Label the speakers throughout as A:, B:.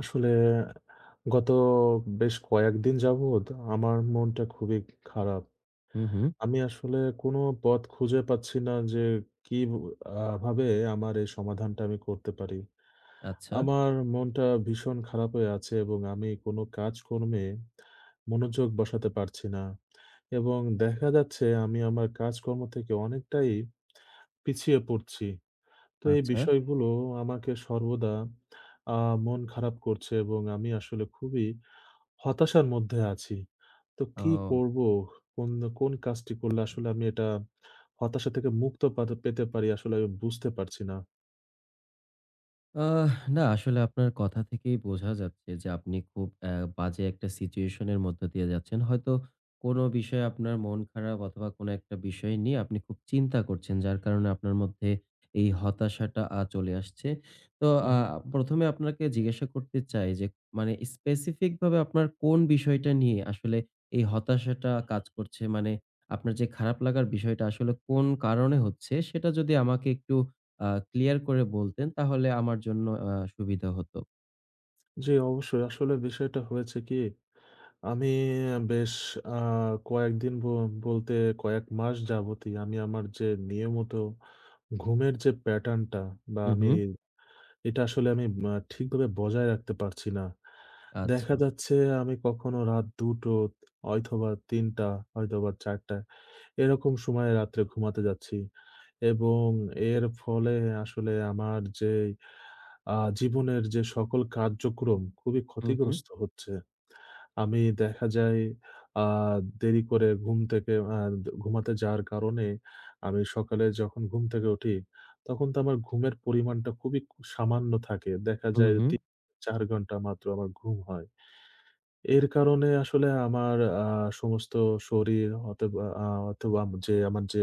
A: আসলে গত বেশ কয়েকদিন যাবৎ আমার মনটা খুবই খারাপ।
B: হুম, হুম।
A: আমি আসলে কোনো পথ খুঁজে পাচ্ছি না যে কি ব আ ভাবে আমার এই সমাধানটা আমি করতে পারি।
B: আচ্ছা,
A: আমার মনটা ভীষণ খারাপ হয়ে আছে এবং আমি কোনো কাজকর্মে মনোযোগ বসাতে পারছি না। এবং দেখা যাচ্ছে আমি আমার কাজকর্ম থেকে অনেকটাই পিছিয়ে পড়ছি। তো এই
B: আচ্ছা।
A: বিষয়গুলো আমাকে সর্বদা আ মন খারাপ করছে এবং আমি আসলে খুবই হতাশার মধ্যে আছি। তো কি
B: ও।
A: করব? কোন কোন কাজটি করলে আসলে আমি এটা হতাশা থেকে মুক্ত পাত পেতে পারি, আসলে আমি বুঝতে পারছি না।
B: আহ না আসলে আপনার কথা থেকেই বোঝা যাচ্ছে যে আপনি খুব বাজে একটা সিচুয়েশনের মধ্যে দিয়ে যাচ্ছেন। হয়তো কোনো বিষয়ে আপনার মন খারাপ অথবা কোনো একটা বিষয় নিয়ে আপনি খুব চিন্তা করছেন যার কারণে আপনার মধ্যে এই হতাশাটা চলে আসছে। তো
A: হু, হু।
B: প্রথমে আপনাকে জিজ্ঞাসা করতে চাই যে মানে স্পেসিফিক ভাবে আপনার কোন বিষয়টা নিয়ে আসলে এই হতাশাটা কাজ করছে? মানে আপনার যে খারাপ লাগার বিষয়টা আসলে কোন কারণে হচ্ছে সেটা যদি আমাকে একটু আ ক্লিয়ার করে বলতেন তাহলে আমার জন্য সুবিধা হতো।
A: জি, অবশ্যই। আসলে বিষয়টা হয়েছে কি? আমি বেশ আ কয়েকদিন, বলতে কয়েক মাস যাবতই আমি আমার যে নিয়মিত ঘুমের যে প্যাটার্নটা, বা
B: হু,
A: আমি
B: হু।
A: এটা আসলে আমি ঠিকভাবে বজায় রাখতে পারছি না।
B: আচ্ছা।
A: দেখা যাচ্ছে আমি কখনো রাত ২ঃ০০ অথবা ৩ঃ০০, হয়তোবা ৪ঃ০০, এরকম সময়ে রাত্রে ঘুমাতে যাচ্ছি এবং এর ফলে আসলে আমার যে জীবনের যে সকল কার্যক্রম খুবই
B: হু, হু।
A: ক্ষতিগ্রস্ত হচ্ছে। আমি দেখা যায় আ দেরি করে ঘুম থেকে আ ঘুমাতে যাওয়ার কারণে আমি সকালে যখন ঘুম থেকে উঠি, তখন তো আমার ঘুমের পরিমাণটা খুবই সামান্য থাকে। দেখা
B: হু,
A: যায়
B: হু।
A: ৩-৪ ঘন্টা মাত্র আমার ঘুম হয়। এর কারণে আসলে আমার আ সমস্ত শরীর, অথবা আ অথবা যে আমার যে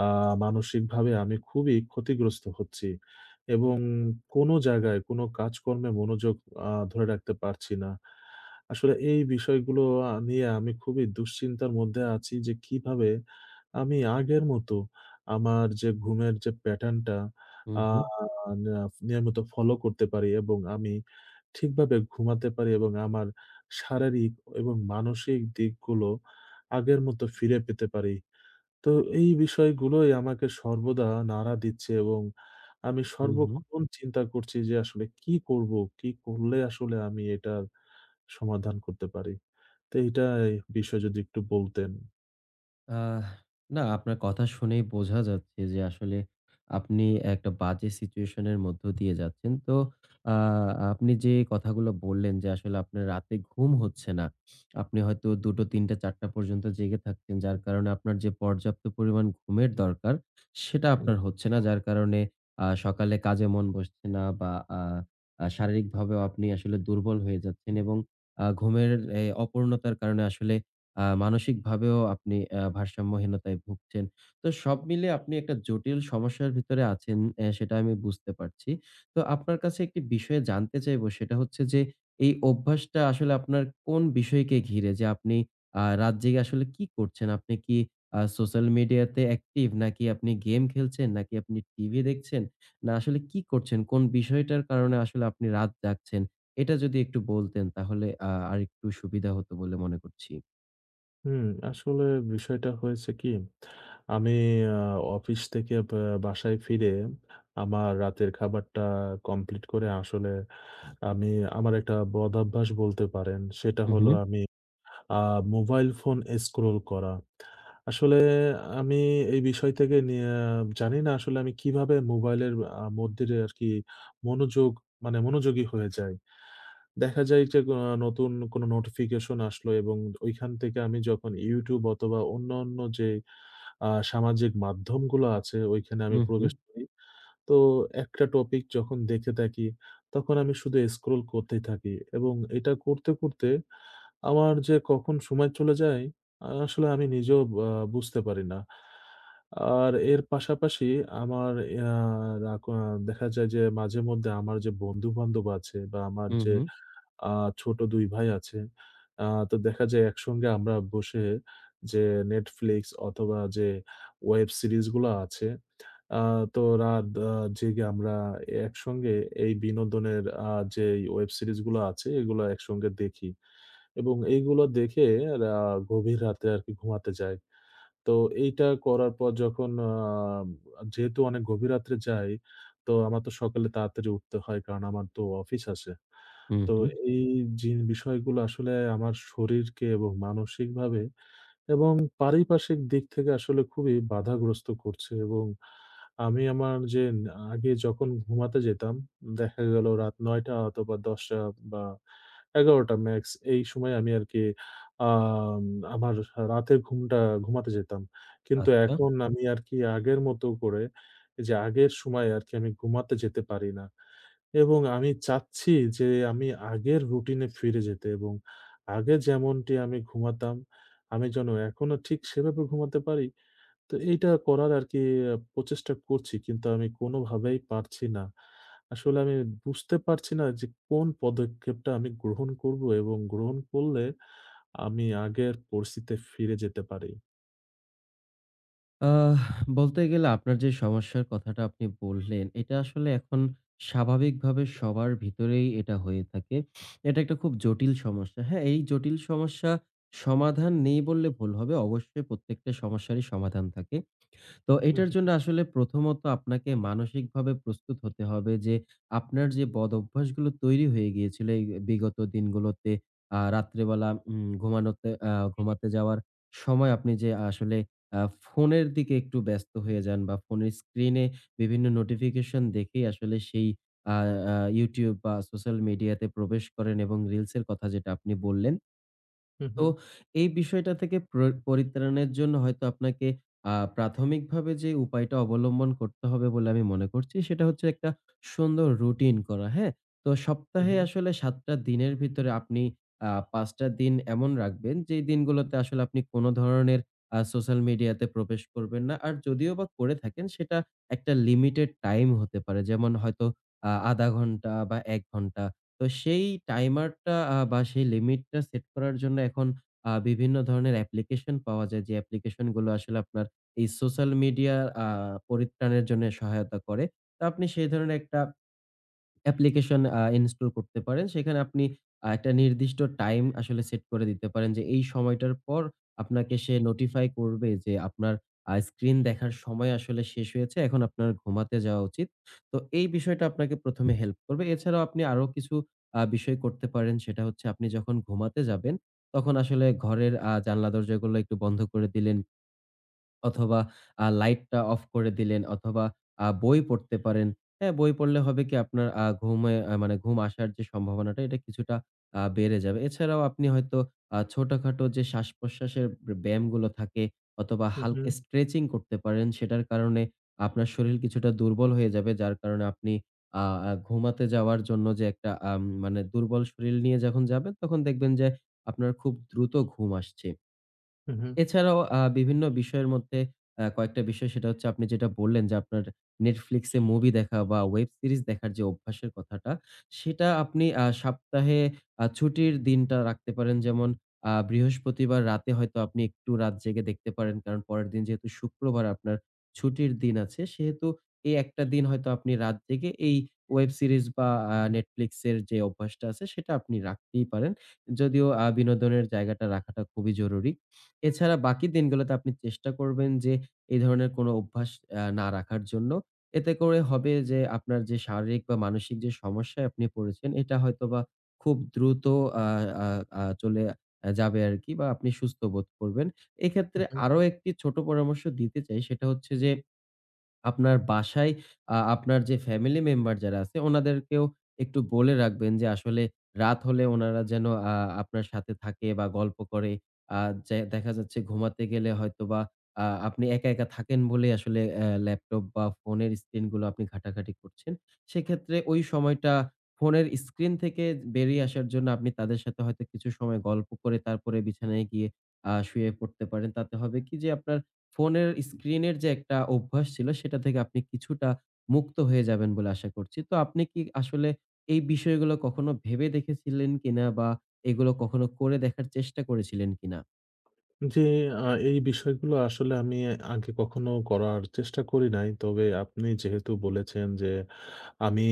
A: আ মানসিকভাবে আমি খুবই ক্ষতিগ্রস্ত হচ্ছি এবং কোনো জায়গায় কোনো কাজকর্মে মনোযোগ ধরে রাখতে পারছি না। আসলে এই বিষয়গুলো নিয়ে আমি খুবই দুশ্চিন্তার মধ্যে আছি যে কিভাবে আমি আগের মতো আমার যে ঘুমের যে প্যাটার্নটা
B: হু,
A: আ
B: হু।
A: না নিয়মিত ফলো করতে পারি এবং আমি ঠিকভাবে ঘুমাতে পারি এবং আমার শারীরিক এবং মানসিক দিকগুলো আগের মতো ফিরে পেতে পারি। তো এই বিষয়গুলোই আমাকে সর্বদা নাড়া দিচ্ছে এবং আমি
B: হু, হু।
A: সর্বক্ষণ চিন্তা করছি যে আসলে কি করব? কি করলে আসলে আমি এটার সমাধান করতে পারি? তো এইটাই বিষয়, যদি একটু বলতেন।
B: আহ না, আপনার কথা শুনেই বোঝা যাচ্ছে যে আসলে আপনি একটা বাজে সিচুয়েশন এর মধ্য দিয়ে যাচ্ছেন। তো আ আপনি যে কথাগুলো বললেন যে আসলে আপনার রাতে ঘুম হচ্ছে না। আপনি হয়তো ২টো, ৩টা, ৪টা পর্যন্ত জেগে থাকতেন। যার কারণে আপনার যে পর্যাপ্ত পরিমাণ ঘুমের দরকার সেটা
A: উ
B: আপনার হচ্ছে না। যার কারণে সকালে কাজে মন বসছে না বা আ আ শারীরিকভাবেও আপনি আসলে দুর্বল হয়ে যাচ্ছেন এবং ঘুমের এ অপূর্ণতার কারণে আসলে মানসিকভাবেও আপনি ভারসাম্যহীনতায় ভুগছেন। তো সব মিলে আপনি একটা জটিল সমস্যার ভিতরে আছেন অ্যা সেটা আমি বুঝতে পারছি। তো আপনার কাছে একটি বিষয়ে জানতে চাইবো সেটা হচ্ছে যে, এই অভ্যাসটা আসলে আপনার কোন বিষয়কে ঘিরে? যে আপনি রাত জেগে আসলে কি করছেন? আপনি কি সোশ্যাল মিডিয়াতে অ্যাক্টিভ? নাকি আপনি গেম খেলছেন? নাকি আপনি টিভি দেখছেন? না আসলে কি করছেন? কোন বিষয়টার কারণে আসলে আপনি রাত জাগছেন? এটা যদি একটু বলতেন তাহলে আরেকটু সুবিধা হতো বলে মনে করছি।
A: হুম, আসলে বিষয়টা হয়েছে কি? আমি আ অফিস থেকে বা বাসায় ফিরে আমার রাতের খাবারটা কমপ্লিট করে আসলে আমি আমার একটা বদঅভ্যাস বলতে পারেন। সেটা
B: হু, হু,
A: হলো আমি আ মোবাইল ফোন স্ক্রল করা। আসলে আমি এই বিষয় থেকে নিয়ে জানি না আসলে আমি কিভাবে মোবাইলের মধ্যে আরকি মনোযোগ, মানে মনোযোগী হয়ে যাই। দেখা যায় যে নতুন কোনো নোটিফিকেশন আসলো এবং ওইখান থেকে আমি যখন YouTube অথবা অন্যান্য যে সামাজিক মাধ্যমগুলো আছে ওইখানে
B: হু,
A: আমি
B: হু,
A: প্রবেশ করি। তো একটা টপিক যখন দেখে থাকি, তখন আমি শুধু স্ক্রল করতেই থাকি এবং এটা করতে, করতে আমার যে কখন সময় চলে যায়, আসলে আমি নিজেও বা বুঝতে পারি না। আর এর পাশাপাশি আমার ইয়া রাক আ দেখা যায় যে মাঝেমধ্যে আমার যে বন্ধু-বান্ধব আছে বা আমার
B: হু,
A: যে
B: হু,
A: আ ছোট ২ ভাই আছে। তো দেখা যায় একসঙ্গে আমরা বসে যে Netflix অথবা যে ওয়েব সিরিজ গুলা আছে, আ তো রাত আ জেগে আমরা একসঙ্গে এই বিনোদনের যেই ওয়েব সিরিজ গুলো আছে এগুলা একসঙ্গে দেখি এবং এইগুলো দেখে রা গভীর রাতে আরকি ঘুমাতে যাই। তো এইটা করার পর যখন আ যেহেতু অনেক গভীর রাত্রে যাই, তো আমার তো সকালে তাড়াতাড়ি উঠতে হয় কারণ আমার তো অফিস আছে।
B: হু,
A: তো
B: হু।
A: এই যে বিষয়গুলো আসলে আমার শরীরকে এবং মানসিকভাবে এবং পারিপার্শ্বিক দিক থেকে আসলে খুবই বাধাগ্রস্ত করছে এবং আমি আমার যে না আগে যখন ঘুমাতে যেতাম, দেখা গেল রাত ৯ঃ০০ অথবা ১০ঃ০০ বা ১১ঃ০০ ম্যাক্স, এই সময় আমি আরকি আম আমার রাতের ঘুমটা ঘুমাতে যেতাম। কিন্তু
B: আচ্ছা।
A: এখন আমি আরকি আগের মতো করে, যে আগের সময় আরকি, আমি ঘুমাতে যেতে পারি না। এবং আমি চাচ্ছি যে আমি আগের রুটিনে ফিরে যেতে, এবং আগে যেমনটি আমি ঘুমাতাম, আমি যেন এখনো ঠিক সেভাবে ঘুমাতে পারি। তো এইটা করার আরকি প্রচেষ্টা করছি, কিন্তু আমি কোনোভাবেই পারছি না। আসলে আমি বুঝতে পারছি না যে কোন পদক্ষেপটা আমি গ্রহণ করব এবং গ্রহণ করলে আমি আগের পরিস্থিতিতে ফিরে যেতে পারি।
B: আহ বলতে গেলে আপনার যে সমস্যার কথাটা আপনি বললেন, এটা আসলে এখন স্বাভাবিকভাবে সবার ভিতরেই এটা হয়ে থাকে। এটা একটা খুব জটিল সমস্যা। হ্যাঁ, এই জটিল সমস্যা সমাধান নেই বললে ভুল হবে। অবশ্যই প্রত্যেকটা সমস্যারই সমাধান থাকে। তো
A: হু,
B: এটার জন্য আসলে প্রথমত আপনাকে মানসিকভাবে প্রস্তুত হতে হবে যে আপনার যে বদঅভ্যাসগুলো তৈরি হয়ে গিয়েছিল এই বিগত দিনগুলোতে রাত্রেবেলা ঘুমানোতে আ ঘুমাতে যাওয়ার সময় আপনি যে আসলে আ ফোনের দিকে একটু ব্যস্ত হয়ে যান বা ফোনের স্ক্রিনে বিভিন্ন নোটিফিকেশন দেখেই আসলে সেই আ আ YouTube বা সোশ্যাল মিডিয়াতে প্রবেশ করেন এবং রিলসের কথা যেটা আপনি বললেন।
A: হু, হু,
B: তো এই বিষয়টা থেকে পরিত্রাণের জন্য হয়তো আপনাকে প্রাথমিকভাবে যে উপায়টা অবলম্বন করতে হবে বলে আমি মনে করছি সেটা হচ্ছে একটা সুন্দর রুটিন করা, হ্যাঁ? তো
A: হু,
B: সপ্তাহে
A: হু,
B: আসলে ৭ টা দিনের ভিতরে আপনি ৫ টা দিন এমন রাখবেন যেই দিনগুলোতে আসলে আপনি কোন ধরনের সোশ্যাল মিডিয়াতে প্রবেশ করবেন না। আর যদিও বা করে থাকেন সেটা একটা লিমিটেড টাইম হতে পারে। যেমন হয়তো ০.৫ ঘন্টা বা ১ ঘন্টা। তো সেই টাইমারটা বা সেই লিমিটটা সেট করার জন্য এখন বিভিন্ন ধরনের অ্যাপ্লিকেশন পাওয়া যায়। যে অ্যাপ্লিকেশন গুলো আসলে আপনার এই সোশ্যাল মিডিয়া আ পরিত্রাণের জন্য সহায়তা করে। তো আপনি সেই ধরনের একটা অ্যাপ্লিকেশন ইনস্টল করতে পারেন। সেখানে আপনি একটা নির্দিষ্ট টাইম আসলে সেট করে দিতে পারেন যে, এই সময়টার পর আপনাকে সে নোটিফাই করবে যে, আপনার স্ক্রিন দেখার সময় আসলে শেষ হয়েছে। এখন আপনার ঘুমাতে যাওয়া উচিত। তো এই বিষয়টা আপনাকে ১ম এ হেল্প করবে। এছাড়াও আপনি আরো কিছু বিষয় করতে পারেন। সেটা হচ্ছে আপনি যখন ঘুমাতে যাবেন, তখন আসলে ঘরের জানলা দরজাগুলো একটু বন্ধ করে দিলেন। অথবা লাইটটা অফ করে দিলেন অথবা বই পড়তে পারেন। হ্যাঁ, বই পড়লে হবে কি আপনার আ ঘুমে আ মানে ঘুম আসার যে সম্ভাবনাটা এটা কিছুটা বেড়ে যাবে। এছাড়াও আপনি হয়তো ছোটখাটো যে শ্বাসপ্রশ্বাসের ব্যায়ামগুলো থাকে অথবা
A: হু, হু,
B: হালকা স্ট্রেচিং করতে পারেন। সেটার কারণে আপনার শরীর কিছুটা দুর্বল হয়ে যাবে। যার কারণে আপনি আ আ ঘুমাতে যাওয়ার জন্য যে একটা মানে দুর্বল শরীর নিয়ে যখন যাবেন তখন দেখবেন যে আপনার খুব দ্রুত ঘুম আসছে।
A: হু, হু,
B: এছাড়াও বিভিন্ন বিষয়ের মধ্যে কয়েকটা বিষয় সেটা হচ্ছে আপনি যেটা বললেন যে, আপনার Netflix এ মুভি দেখা বা ওয়েব সিরিজ দেখার যে অভ্যাসের কথাটা, সেটা আপনি সপ্তাহে ছুটির দিনটা রাখতে পারেন। যেমন বৃহস্পতিবার রাতে হয়তো আপনি একটু রাত জেগে দেখতে পারেন। কারণ পরের দিন যেহেতু শুক্রবার আপনার ছুটির দিন আছে, সেহেতু এই একটা দিন হয়তো আপনি রাত জেগে এই ওয়েব সিরিজ বা Netflix এর যে অভ্যাসটা আছে, সেটা আপনি রাখতেই পারেন। যদিও বিনোদনের জায়গাটা রাখাটা খুবই জরুরি। এছাড়া বাকি দিনগুলোতে আপনি চেষ্টা করবেন যে এই ধরনের কোনো অভ্যাস না রাখার জন্য। এতে করে হবে যে আপনার যে শারীরিক বা মানসিক যে সমস্যায় আপনি পড়েছেন এটা হয়তোবা খুব দ্রুত আহ, আহ, আহ, চলে যাবে আর কি বা আপনি সুস্থ বোধ করবেন। এক্ষেত্রে
A: হু।
B: আরো একটি ছোট পরামর্শ দিতে চাই সেটা হচ্ছে যে আপনার বাসায় আপনার যে ফ্যামিলি মেম্বার যারা আছে ওনাদেরকেও একটু বলে রাখবেন যে আসলে রাত হলে ওনারা যেন আ আপনার সাথে থাকে বা গল্প করে। আ যে দেখা যাচ্ছে ঘুমাতে গেলে হয়তোবা আপনি একা, একা থাকেন বলেই আসলে ল্যাপটপ বা ফোনের স্ক্রিনগুলো আপনি ঘাটাঘাটি করছেন। সেক্ষেত্রে ওই সময়টা ফোনের স্ক্রিন থেকে বেরিয়ে আসার জন্য আপনি তাদের সাথে হয়তো কিছু সময় গল্প করে তারপরে বিছানায় গিয়ে শুয়ে পড়তে পারেন। তাতে হবে কি যে আপনার ফোনের স্ক্রিনের যে একটা অভ্যাস ছিল সেটা থেকে আপনি কিছুটা মুক্ত হয়ে যাবেন বলে আশা করছি। তো আপনি কি আসলে এই বিষয়গুলো কখনো ভেবে দেখেছিলেন কিনা বা এগুলো কখনো করে দেখার চেষ্টা করেছিলেন কিনা?
A: জি, আ এই বিষয়গুলো আসলে আমি আগে কখনো করার চেষ্টা করি নাই। তবে আপনি যেহেতু বলেছেন যে, আমি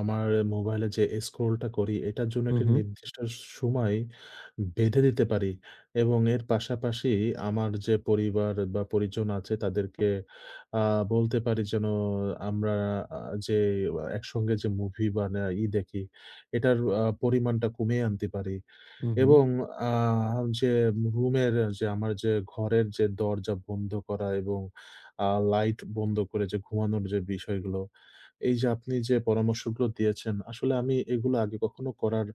A: আমার মোবাইলে যে স্ক্রলটা করি, এটার জন্য
B: হুম,
A: একটা
B: হুম,
A: নির্দিষ্ট সময় বেঁধে দিতে পারি এবং এর পাশাপাশি আমার যে পরিবার বা পরিজন আছে তাদেরকে আ বলতে পারি যেন আমরা আ যে একসঙ্গে যে মুভি বা না ই দেখি, এটার পরিমাণটা কমিয়ে আনতে পারি।
B: হুম, হুম।
A: এবং আ যে রুমের যে আমার যে ঘরের যে দরজা বন্ধ করা এবং লাইট বন্ধ করে যে ঘুমানোর যে বিষয়গুলো, এই যে আপনি যে পরামর্শগুলো দিয়েছেন, আসলে আমি এগুলো আগে কখনো করার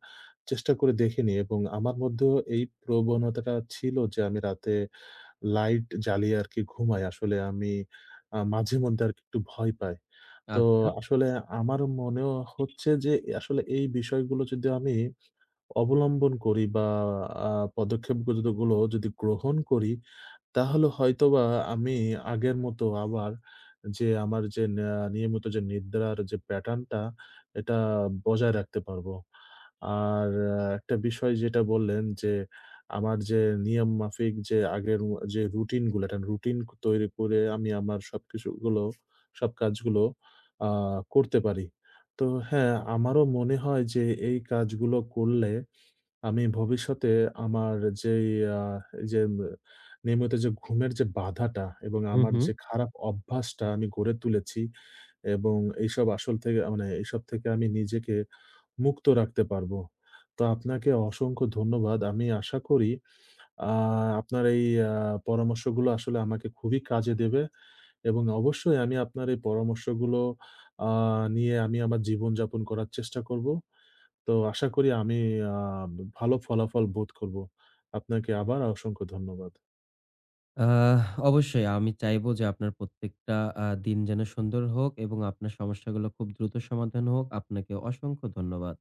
A: চেষ্টা করে দেখিনি এবং আমার মধ্যেও এই প্রবণতাটা ছিল যে আমি রাতে লাইট জ্বালিয়ে আরকি ঘুমাই। আসলে আমি মাঝে মধ্যে আরকি একটু ভয় পাই। তো
B: আচ্ছা।
A: আসলে আমার মনেও হচ্ছে যে আসলে এই বিষয়গুলো যদি আমি অবলম্বন করি বা আ পদক্ষেপগুলো যদি গ্রহণ করি, তাহলে হয়তোবা আমি আগের মতো আবার যে আমার যে নিয়মিত যে নিদ্রার যে প্যাটার্ন টা, এটা বজায় রাখতে পারবো। আর একটা বিষয় যেটা বললেন যে, আমার যে নিয়ম মাফিক যে আগের যে রুটিন গুলো, একটা রুটিন তৈরি করে আমি আমার সবকিছু গুলো, সব কাজগুলো আ করতে পারি। তো হ্যাঁ, আমারও মনে হয় যে এই কাজগুলো করলে আমি ভবিষ্যতে আমার যেই আ এই যে নিয়মিত যে ঘুমের যে বাধাটা এবং
B: হুম,
A: আমার
B: হুম।
A: যে খারাপ অভ্যাসটা আমি গড়ে তুলেছি এবং এইসব আসল থেকে আ মানে এইসব থেকে আমি নিজেকে মুক্ত রাখতে পারবো। তো আপনাকে অসংখ্য ধন্যবাদ। আমি আশা করি আ আপনার এই আ পরামর্শগুলো আসলে আমাকে খুবই কাজে দেবে এবং অবশ্যই আমি আপনার এই পরামর্শগুলো আ নিয়ে আমি আমার জীবনযাপন করার চেষ্টা করবো। তো আশা করি আমি আ ভালো ফলাফল বোধ করব। আপনাকে আবার অসংখ্য ধন্যবাদ।
B: আহ অবশ্যই আমি চাইবো যে আপনার প্রত্যেকটা দিন যেন সুন্দর হোক এবং আপনার সমস্যাগুলো খুব দ্রুত সমাধান হোক। আপনাকে অসংখ্য ধন্যবাদ।